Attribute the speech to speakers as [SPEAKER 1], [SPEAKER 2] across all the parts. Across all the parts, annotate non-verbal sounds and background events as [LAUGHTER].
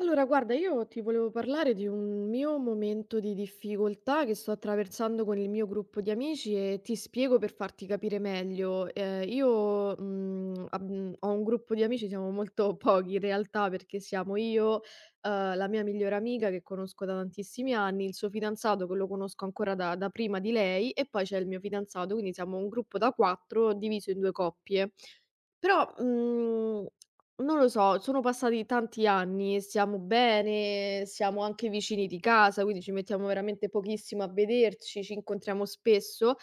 [SPEAKER 1] Allora, guarda, io ti volevo parlare di un mio momento di difficoltà che sto attraversando con il mio gruppo di amici e ti spiego per farti capire meglio. Io ho un gruppo di amici, siamo molto [LAUGHS] pochi in realtà perché siamo io, la mia migliore amica che conosco da tantissimi anni, il suo fidanzato che lo conosco ancora da prima di lei e poi c'è il mio fidanzato, quindi siamo un gruppo da quattro diviso in due coppie. Però, non lo so, sono passati tanti anni, stiamo bene, siamo anche vicini di casa, quindi ci mettiamo veramente pochissimo a vederci, ci incontriamo spesso,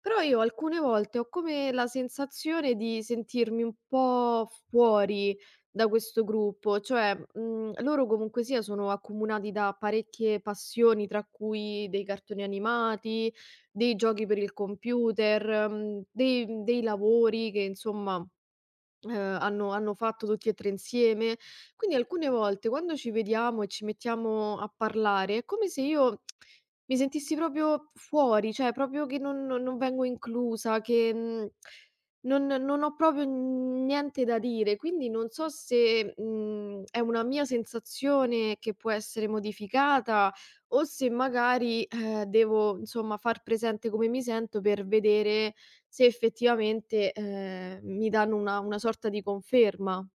[SPEAKER 1] però io alcune volte ho come la sensazione di sentirmi un po' fuori da questo gruppo, cioè, loro comunque sia sono accomunati da parecchie passioni, tra cui dei cartoni animati, dei giochi per il computer, dei lavori che insomma, hanno fatto tutti e 3 insieme. Quindi alcune volte quando ci vediamo e ci mettiamo a parlare è come se io mi sentissi proprio fuori, cioè proprio che non vengo inclusa, che, non ho proprio niente da dire. Quindi non so se, è una mia sensazione che può essere modificata o se magari, devo insomma far presente come mi sento per vedere se effettivamente, mi danno una sorta di conferma.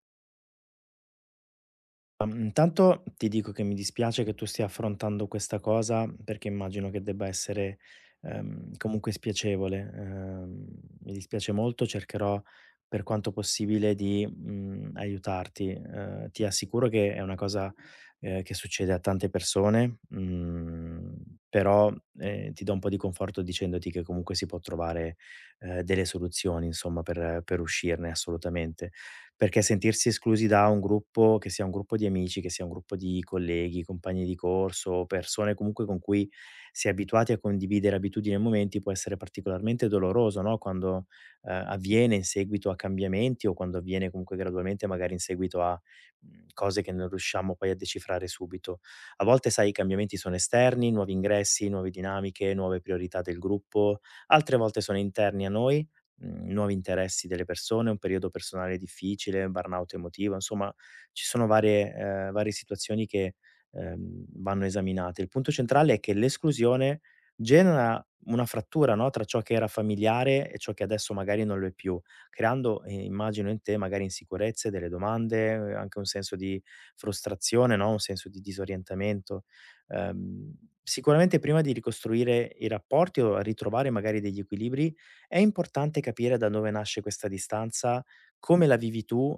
[SPEAKER 2] Ma, intanto ti dico che mi dispiace che tu stia affrontando questa cosa, perché immagino che debba essere, comunque spiacevole. Mi dispiace molto, cercherò per quanto possibile di, aiutarti. Ti assicuro che è una cosa, che succede a tante persone, però, ti do un po' di conforto dicendoti che comunque si può trovare, delle soluzioni insomma per uscirne assolutamente. Perché sentirsi esclusi da un gruppo, che sia un gruppo di amici, che sia un gruppo di colleghi, compagni di corso, persone comunque con cui si è abituati a condividere abitudini e momenti, può essere particolarmente doloroso, no, quando, avviene in seguito a cambiamenti o quando avviene comunque gradualmente, magari in seguito a, cose che non riusciamo poi a decifrare subito. A volte, sai, i cambiamenti sono esterni, nuovi ingressi, nuove dinamiche, nuove priorità del gruppo, altre volte sono interni a noi, nuovi interessi delle persone, un periodo personale difficile, burnout emotivo, insomma ci sono varie varie situazioni che, vanno esaminate. Il punto centrale è che l'esclusione genera una frattura, no, tra ciò che era familiare e ciò che adesso magari non lo è più, creando, immagino in te magari insicurezze, delle domande, anche un senso di frustrazione, no, un senso di disorientamento. Ehm, Sicuramente prima di ricostruire i rapporti o ritrovare magari degli equilibri è importante capire da dove nasce questa distanza, come la vivi tu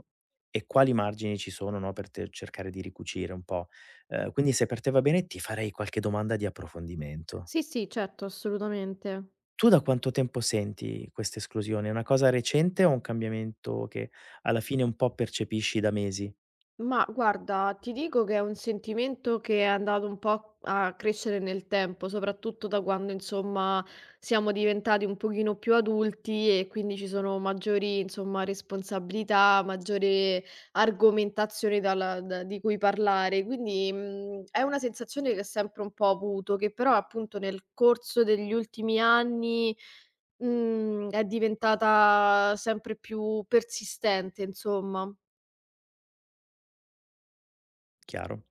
[SPEAKER 2] e quali margini ci sono, no, per te cercare di ricucire un po'. Quindi se per te va bene ti farei qualche domanda di approfondimento.
[SPEAKER 1] Sì, sì, certo, assolutamente.
[SPEAKER 2] Tu da quanto tempo senti questa esclusione? È una cosa recente o un cambiamento che alla fine un po' percepisci da mesi?
[SPEAKER 1] Ma guarda, ti dico che è un sentimento che è andato un po' a crescere nel tempo, soprattutto da quando, insomma, siamo diventati un pochino più adulti e quindi ci sono maggiori, insomma, responsabilità, maggiore argomentazione dalla da di cui parlare. Quindi, è una sensazione che ho sempre un po' avuto, che però appunto nel corso degli ultimi anni, è diventata sempre più persistente, insomma.
[SPEAKER 2] Chiaro.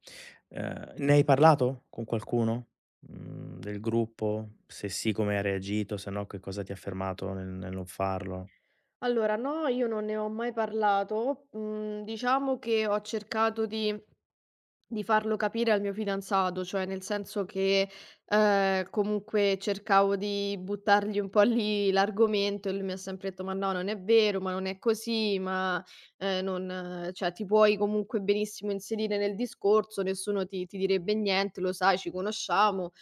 [SPEAKER 2] Ne hai parlato con qualcuno, del gruppo? Se sì come hai reagito, se no che cosa ti ha fermato nel non farlo?
[SPEAKER 1] Allora, no, io non ne ho mai parlato. Mhmm, diciamo che ho cercato di farlo capire al mio fidanzato, cioè nel senso che, comunque cercavo di buttargli un po' lì l'argomento e lui mi ha sempre detto: "Ma no, non è vero, ma non è così, ma, non cioè ti puoi comunque benissimo inserire nel discorso, nessuno ti direbbe niente, lo sai, ci conosciamo".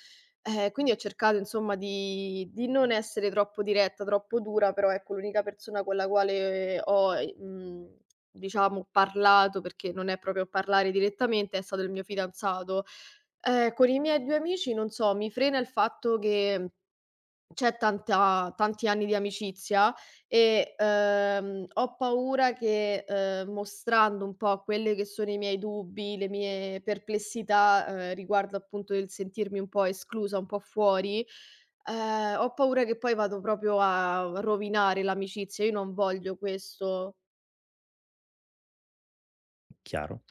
[SPEAKER 1] Quindi ho cercato insomma di non essere troppo diretta, troppo dura, però ecco l'unica persona con la quale ho, ehm, diciamo, parlato, perché non è proprio parlare direttamente, è stato il mio fidanzato. Con i miei 2 amici, non so, mi frena il fatto che c'è tanta tanti anni di amicizia e, ho paura che, mostrando un po' quelle che sono i miei dubbi, le mie perplessità, riguardo appunto il sentirmi un po' esclusa, un po' fuori, ho paura che poi vado proprio a rovinare l'amicizia. Io non voglio questo.
[SPEAKER 2] Chiaro.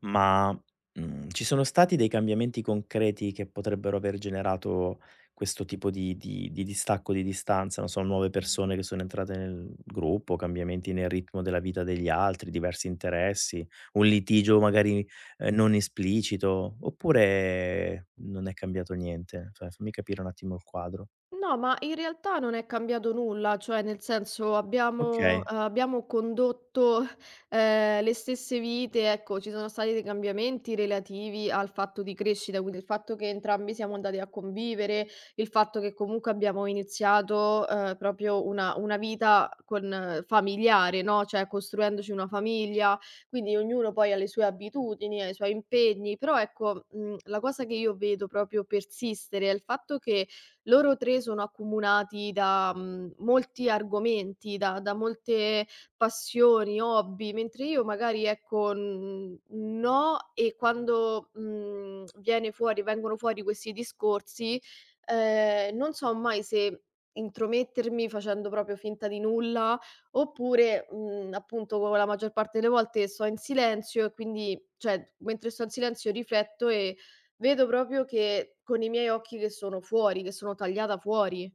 [SPEAKER 2] Ma, ci sono stati dei cambiamenti concreti che potrebbero aver generato questo tipo di distacco, di distanza? Non so, nuove persone che sono entrate nel gruppo, cambiamenti nel ritmo della vita degli altri, diversi interessi, un litigio magari, non esplicito, oppure non è cambiato niente? Cioè, fammi capire un attimo il quadro.
[SPEAKER 1] No, ma in realtà non è cambiato nulla, cioè nel senso
[SPEAKER 2] Okay.
[SPEAKER 1] abbiamo condotto, le stesse vite, ecco, ci sono stati dei cambiamenti relativi al fatto di crescita, quindi il fatto che entrambi siamo andati a convivere, il fatto che comunque abbiamo iniziato, proprio una vita con familiare, no, cioè costruendoci una famiglia, quindi ognuno poi ha le sue abitudini, ha i suoi impegni, però ecco, la cosa che io vedo proprio persistere è il fatto che loro 3 sono accomunati da, molti argomenti, da molte passioni, hobby, mentre io magari ecco, n no, e quando, viene fuori vengono fuori questi discorsi, non so mai se intromettermi facendo proprio finta di nulla, oppure, appunto, la maggior parte delle volte sto in silenzio e quindi cioè, mentre sto in silenzio rifletto e vedo proprio che con i miei occhi che sono fuori, che sono tagliata fuori.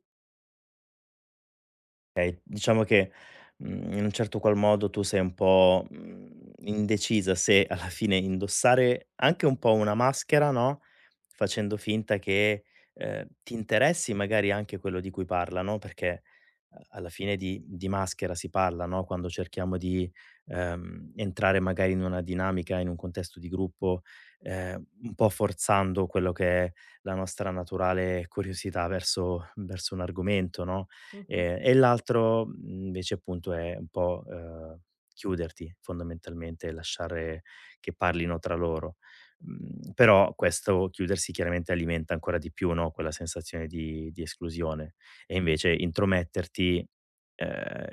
[SPEAKER 2] Okay, diciamo che, in un certo qual modo tu sei un po', indecisa se alla fine indossare anche un po' una maschera, no, facendo finta che, ti interessi magari anche quello di cui parla, no, perché a alla fine di maschera si parla, no, quando cerchiamo di, entrare magari in una dinamica, in un contesto di gruppo, un po' forzando quello che è la nostra naturale curiosità verso un argomento, no?
[SPEAKER 1] Mh-mh.
[SPEAKER 2] E l'altro invece appunto è un po', chiuderti fondamentalmente, lasciare che parlino tra loro. Però questo chiudersi chiaramente alimenta ancora di più, no, quella sensazione di esclusione e invece intrometterti, ehm,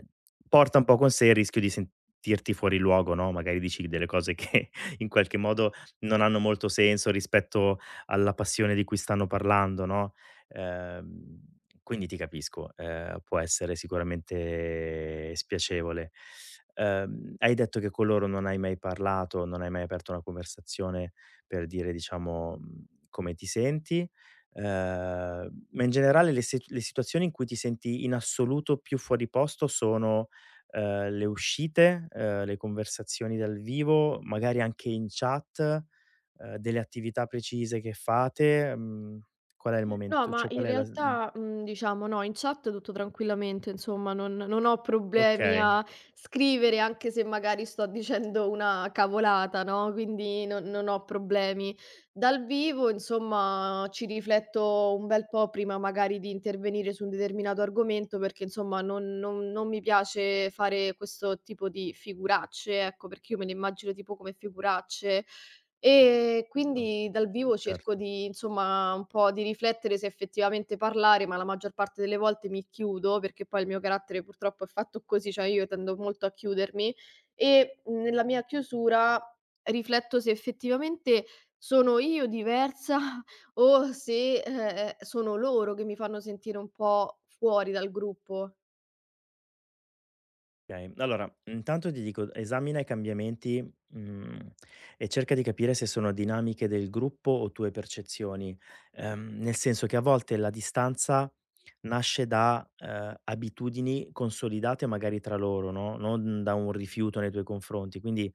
[SPEAKER 2] porta un po' con sé il rischio di sentirti fuori luogo, no, magari dici delle cose che [LAUGHS] in qualche modo non hanno molto senso rispetto alla passione di cui stanno parlando, no. Ehm, quindi ti capisco, può essere sicuramente spiacevole. Hai detto che con loro non hai mai parlato, non hai mai aperto una conversazione per dire, diciamo, come ti senti, ma in generale le situazioni in cui ti senti in assoluto più fuori posto sono, le uscite, le conversazioni dal vivo, magari anche in chat, delle attività precise che fate? Mhmm Qual è il
[SPEAKER 1] No,
[SPEAKER 2] momento
[SPEAKER 1] ma
[SPEAKER 2] cioè
[SPEAKER 1] in
[SPEAKER 2] qual è la s
[SPEAKER 1] realtà, diciamo no, in chat tutto tranquillamente, insomma, non ho problemi
[SPEAKER 2] okay,
[SPEAKER 1] a scrivere anche se magari sto dicendo una cavolata, no, quindi non ho problemi. Dal vivo, insomma, ci rifletto un bel po' prima magari di intervenire su un determinato argomento perché, insomma, non mi piace fare questo tipo di figuracce, ecco, perché io me le immagino tipo come figuracce.
[SPEAKER 2] to
[SPEAKER 1] Quindi dal vivo cerco
[SPEAKER 2] certo,
[SPEAKER 1] di insomma un po' di riflettere se effettivamente parlare, ma la maggior parte delle volte mi chiudo, perché poi il mio carattere purtroppo è fatto così, cioè io tendo molto a chiudermi e nella mia chiusura rifletto se effettivamente sono io diversa [LAUGHS] o se, sono loro che mi fanno sentire un po' fuori dal gruppo.
[SPEAKER 2] okay. Allora, intanto ti dico, esamina i cambiamenti, mhmm, e cerca di capire se sono dinamiche del gruppo o tue percezioni, nel senso che a volte la distanza nasce da, abitudini consolidate magari tra loro, no, non da un rifiuto nei tuoi confronti. Quindi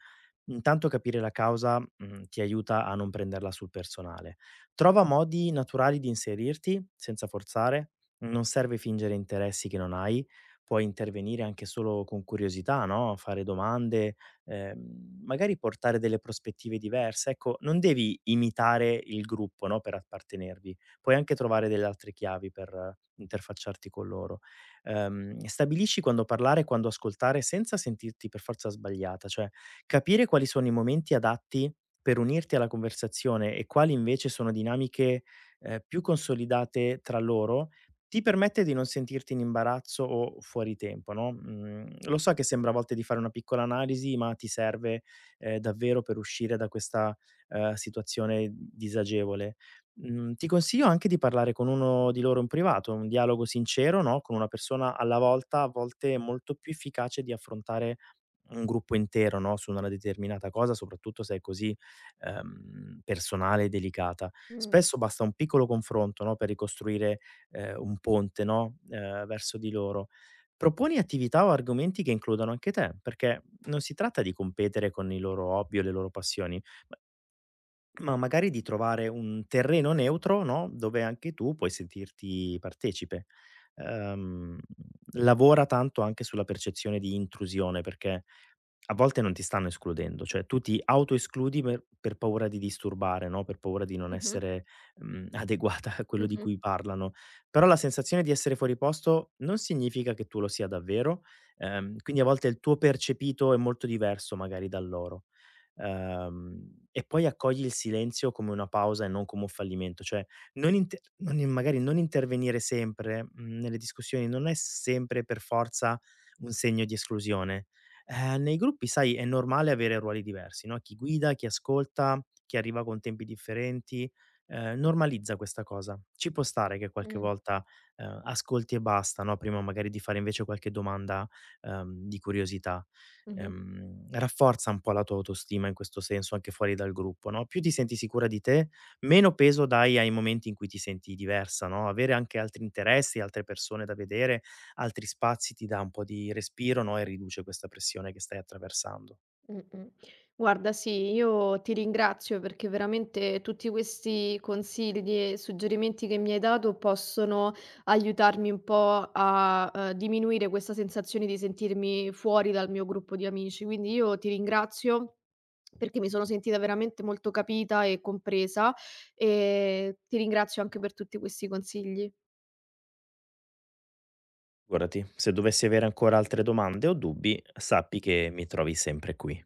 [SPEAKER 2] intanto capire la causa, ti aiuta a non prenderla sul personale. Trova modi naturali di inserirti senza forzare, non serve fingere interessi che non hai, puoi intervenire anche solo con curiosità, no, fare domande, magari portare delle prospettive diverse. Ecco, non devi imitare il gruppo, no, per appartenervi, puoi anche trovare delle altre chiavi per interfacciarti con loro. Stabilisci quando parlare e quando ascoltare senza sentirti per forza sbagliata, cioè capire quali sono i momenti adatti per unirti alla conversazione e quali invece sono dinamiche, più consolidate tra loro, ti permette di non sentirti in imbarazzo o fuori tempo, no, lo so che sembra a volte di fare una piccola analisi, ma ti serve, davvero per uscire da questa, situazione disagevole. Ti consiglio anche di parlare con uno di loro in privato, un dialogo sincero, no, con una persona alla volta, a volte è molto più efficace di affrontare un gruppo intero, no, su una determinata cosa, soprattutto se è così, personale e delicata.
[SPEAKER 1] Mh.
[SPEAKER 2] Spesso basta un piccolo confronto, no, per ricostruire, un ponte, no, verso di loro. Proponi attività o argomenti che includano anche te, perché non si tratta di competere con i loro hobby o le loro passioni, ma ma magari di trovare un terreno neutro, no, dove anche tu puoi sentirti partecipe. Ehm, Lavora tanto anche sulla percezione di intrusione, perché a volte non ti stanno escludendo, cioè tu ti autoescludi per paura di disturbare, no? Per paura di non
[SPEAKER 1] Mh-mh.
[SPEAKER 2] essere [LAUGHS] adeguata a quello di
[SPEAKER 1] Mh-mh.
[SPEAKER 2] cui parlano. Però la sensazione di essere fuori posto non significa che tu lo sia davvero, quindi a volte il tuo percepito è molto diverso magari dal loro. E poi accogli il silenzio come una pausa e non come un fallimento, cioè non intervenire sempre, nelle discussioni non è sempre per forza un segno di esclusione. Nei gruppi sai è normale avere ruoli diversi, no, chi guida, chi ascolta, chi arriva con tempi differenti, normalizza questa cosa. Ci può stare che qualche
[SPEAKER 1] Mh.
[SPEAKER 2] volta, ascolti e basta, no, prima magari di fare invece qualche domanda, di curiosità.
[SPEAKER 1] Mh-mh.
[SPEAKER 2] Rafforza un po' la tua autostima in questo senso, anche fuori dal gruppo, no, più ti senti sicura di te, meno peso dai ai momenti in cui ti senti diversa, no, avere anche altri interessi, altre persone da vedere, altri spazi ti dà un po' di respiro, no, e riduce questa pressione che stai attraversando.
[SPEAKER 1] Mh-mh. Guarda sì, io ti ringrazio perché veramente tutti questi consigli e suggerimenti che mi hai dato possono aiutarmi un po' a, diminuire questa sensazione di sentirmi fuori dal mio gruppo di amici. Quindi io ti ringrazio perché mi sono sentita veramente molto capita e compresa, e ti ringrazio anche per tutti questi consigli.
[SPEAKER 2] Figurati, se dovessi avere ancora altre domande o dubbi, sappi che mi trovi sempre qui.